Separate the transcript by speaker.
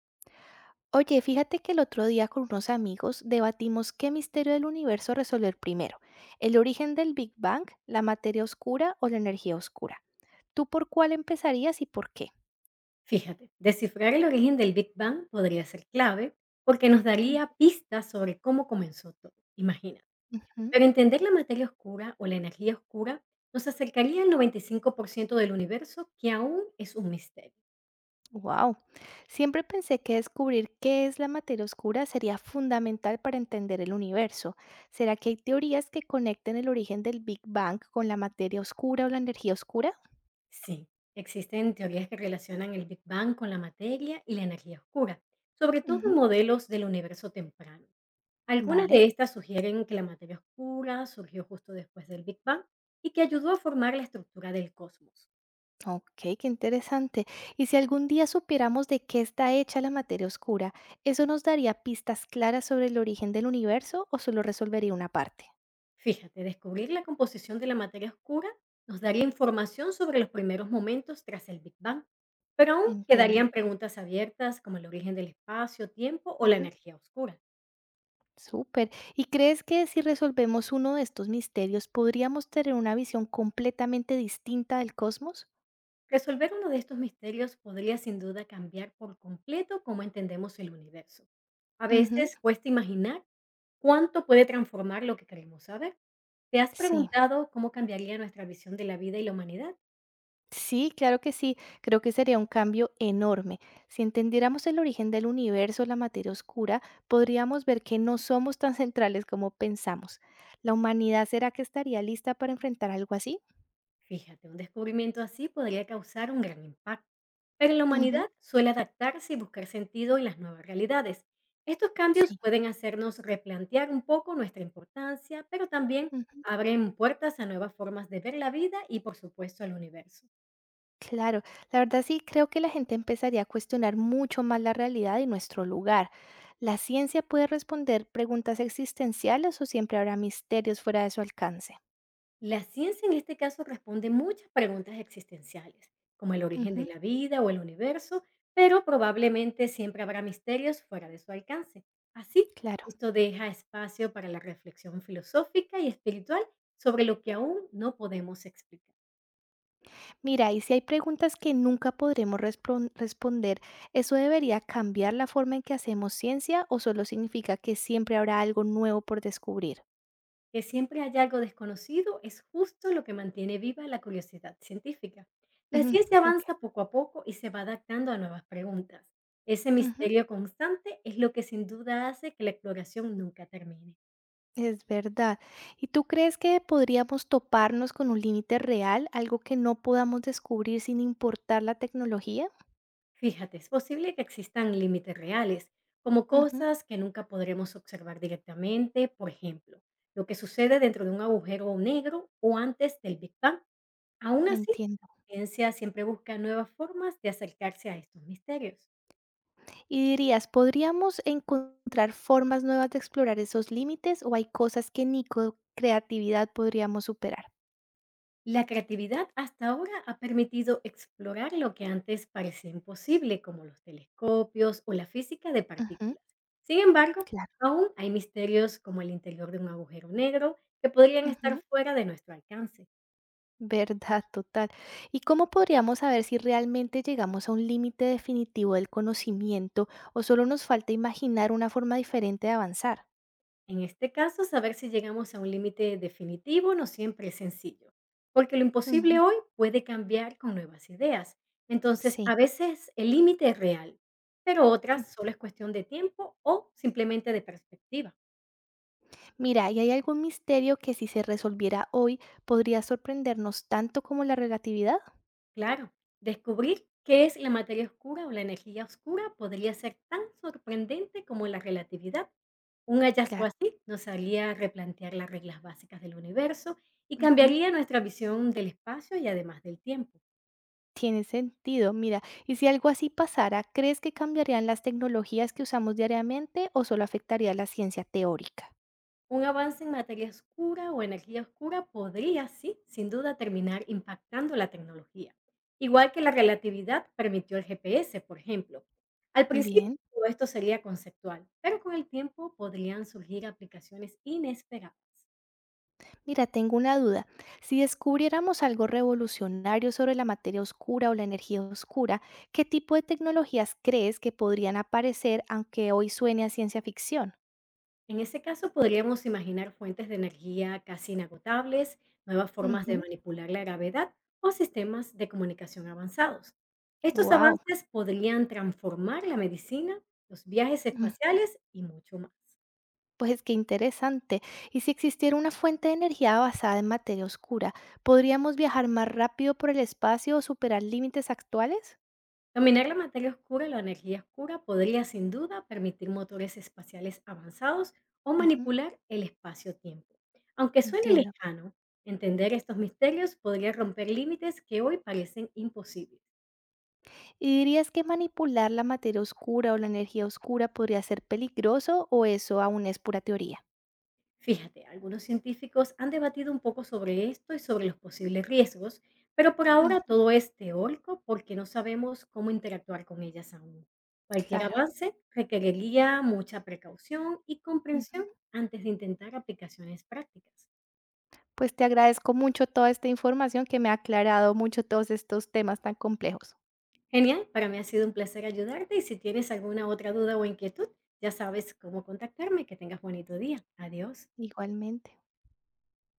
Speaker 1: Oye, fíjate que el otro día con unos amigos debatimos qué misterio del universo resolver primero, el origen del Big Bang, la materia oscura o la energía oscura. ¿Tú por cuál empezarías y por qué?
Speaker 2: Fíjate, descifrar el origen del Big Bang podría ser clave porque nos daría pistas sobre cómo comenzó todo, imagina. Pero entender la materia oscura o la energía oscura nos acercaría al 95% del universo que aún es un misterio.
Speaker 1: Wow. Siempre pensé que descubrir qué es la materia oscura sería fundamental para entender el universo. ¿Será que hay teorías que conecten el origen del Big Bang con la materia oscura o la energía oscura?
Speaker 2: Sí, existen teorías que relacionan el Big Bang con la materia y la energía oscura, sobre todo en
Speaker 1: Ujú.
Speaker 2: modelos del universo temprano. Algunas
Speaker 1: Vale.
Speaker 2: de estas sugieren que la materia oscura surgió justo después del Big Bang y que ayudó a formar la estructura del cosmos.
Speaker 1: Ok, qué interesante. Y si algún día supiéramos de qué está hecha la materia oscura, ¿eso nos daría pistas claras sobre el origen del universo o solo resolvería una parte?
Speaker 2: Fíjate, descubrir la composición de la materia oscura nos daría información sobre los primeros momentos tras el Big Bang, pero aún
Speaker 1: Entiendo.
Speaker 2: quedarían preguntas abiertas como el origen del espacio, tiempo o la
Speaker 1: Ujú.
Speaker 2: energía oscura.
Speaker 1: Súper. ¿Y crees que si resolvemos uno de estos misterios, podríamos tener una visión completamente distinta del cosmos?
Speaker 2: Resolver uno de estos misterios podría sin duda cambiar por completo cómo entendemos el universo. A
Speaker 1: Ujú.
Speaker 2: veces cuesta imaginar cuánto puede transformar lo que queremos saber. ¿Te has
Speaker 1: Sí.
Speaker 2: preguntado cómo cambiaría nuestra visión de la vida y la humanidad?
Speaker 1: Sí, claro que sí. Creo que sería un cambio enorme. Si entendiéramos el origen del universo, la materia oscura, podríamos ver que no somos tan centrales como pensamos. ¿La humanidad será que estaría lista para enfrentar algo así?
Speaker 2: Fíjate, un descubrimiento así podría causar un gran impacto, pero la
Speaker 1: Ujú.
Speaker 2: humanidad suele adaptarse y buscar sentido en las nuevas realidades. Estos cambios
Speaker 1: Sí.
Speaker 2: pueden hacernos replantear un poco nuestra importancia, pero también
Speaker 1: Ujú.
Speaker 2: abren puertas a nuevas formas de ver la vida y, por supuesto, al universo.
Speaker 1: Claro, la verdad sí creo que la gente empezaría a cuestionar mucho más la realidad y nuestro lugar. ¿La ciencia puede responder preguntas existenciales o siempre habrá misterios fuera de su alcance?
Speaker 2: La ciencia en este caso responde muchas preguntas existenciales, como el origen de
Speaker 1: Ujú.
Speaker 2: la vida o el universo, pero probablemente siempre habrá misterios fuera de su alcance. Así,
Speaker 1: Claro.
Speaker 2: esto deja espacio para la reflexión filosófica y espiritual sobre lo que aún no podemos explicar.
Speaker 1: Mira, y si hay preguntas que nunca podremos responder, ¿eso debería cambiar la forma en que hacemos ciencia o solo significa que siempre habrá algo nuevo por descubrir?
Speaker 2: Que siempre haya algo desconocido es justo lo que mantiene viva la curiosidad científica. La
Speaker 1: Ujú.
Speaker 2: ciencia
Speaker 1: Ok.
Speaker 2: avanza poco a poco y se va adaptando a nuevas preguntas. Ese
Speaker 1: Ujú.
Speaker 2: misterio constante es lo que sin duda hace que la exploración nunca termine.
Speaker 1: Es verdad. ¿Y tú crees que podríamos toparnos con un límite real, algo que no podamos descubrir sin importar la tecnología?
Speaker 2: Fíjate, es posible que existan límites reales, como
Speaker 1: Ujú.
Speaker 2: cosas que nunca podremos observar directamente, por ejemplo, lo que sucede dentro de un agujero negro o antes del Big Bang. Aún así,
Speaker 1: Entiendo.
Speaker 2: la ciencia siempre busca nuevas formas de acercarse a estos misterios.
Speaker 1: ¿Y dirías, podríamos encontrar formas nuevas de explorar esos límites o hay cosas que ni con creatividad podríamos superar?
Speaker 2: La creatividad hasta ahora ha permitido explorar lo que antes parecía imposible, como los telescopios o la física de
Speaker 1: Ujú.
Speaker 2: partículas. Sin embargo,
Speaker 1: Claro.
Speaker 2: aún hay misterios como el interior de un agujero negro que podrían estar
Speaker 1: Ujú.
Speaker 2: fuera de nuestro alcance.
Speaker 1: Verdad, total. ¿Y cómo podríamos saber si realmente llegamos a un límite definitivo del conocimiento o solo nos falta imaginar una forma diferente de avanzar?
Speaker 2: En este caso, saber si llegamos a un límite definitivo no siempre es sencillo, porque lo imposible
Speaker 1: Ujú.
Speaker 2: hoy puede cambiar con nuevas ideas. Entonces,
Speaker 1: Sí.
Speaker 2: a veces el límite es real, pero otras solo es cuestión de tiempo o simplemente de perspectiva.
Speaker 1: Mira, ¿y hay algún misterio que si se resolviera hoy podría sorprendernos tanto como la relatividad?
Speaker 2: Claro, descubrir qué es la materia oscura o la energía oscura podría ser tan sorprendente como la relatividad. Un hallazgo
Speaker 1: Claro.
Speaker 2: así nos haría replantear las reglas básicas del universo y
Speaker 1: Ujú.
Speaker 2: cambiaría nuestra visión del espacio y además del tiempo.
Speaker 1: Tiene sentido. Mira, ¿y si algo así pasara, crees que cambiarían las tecnologías que usamos diariamente o solo afectaría la ciencia teórica?
Speaker 2: Un avance en materia oscura o energía oscura podría, sí, sin duda terminar impactando la tecnología, igual que la relatividad permitió el GPS, por ejemplo. Al principio
Speaker 1: Bien.
Speaker 2: todo esto sería conceptual, pero con el tiempo podrían surgir aplicaciones inesperadas.
Speaker 1: Mira, tengo una duda. Si descubriéramos algo revolucionario sobre la materia oscura o la energía oscura, ¿qué tipo de tecnologías crees que podrían aparecer aunque hoy suene a ciencia ficción?
Speaker 2: En ese caso, podríamos imaginar fuentes de energía casi inagotables, nuevas formas de manipular la gravedad o sistemas de comunicación avanzados. Estos
Speaker 1: Wow.
Speaker 2: avances podrían transformar la medicina, los viajes espaciales y mucho más.
Speaker 1: Pues qué interesante. Y si existiera una fuente de energía basada en materia oscura, ¿podríamos viajar más rápido por el espacio o superar límites actuales?
Speaker 2: Dominar la materia oscura y la energía oscura podría sin duda permitir motores espaciales avanzados o
Speaker 1: Ujú.
Speaker 2: manipular el espacio-tiempo. Aunque suene
Speaker 1: Entiendo.
Speaker 2: lejano, entender estos misterios podría romper límites que hoy parecen imposibles.
Speaker 1: ¿Y dirías que manipular la materia oscura o la energía oscura podría ser peligroso o eso aún es pura teoría?
Speaker 2: Fíjate, algunos científicos han debatido un poco sobre esto y sobre los posibles riesgos, pero por ahora
Speaker 1: Ujú.
Speaker 2: todo es teórico porque no sabemos cómo interactuar con ellas aún. Cualquier
Speaker 1: Claro.
Speaker 2: avance requeriría mucha precaución y
Speaker 1: Ujú.
Speaker 2: comprensión antes de intentar aplicaciones prácticas.
Speaker 1: Pues te agradezco mucho toda esta información que me ha aclarado mucho todos estos temas tan complejos.
Speaker 2: Genial, para mí ha sido un placer ayudarte y si tienes alguna otra duda o inquietud, ya sabes cómo contactarme. Que tengas bonito día. Adiós.
Speaker 1: Igualmente.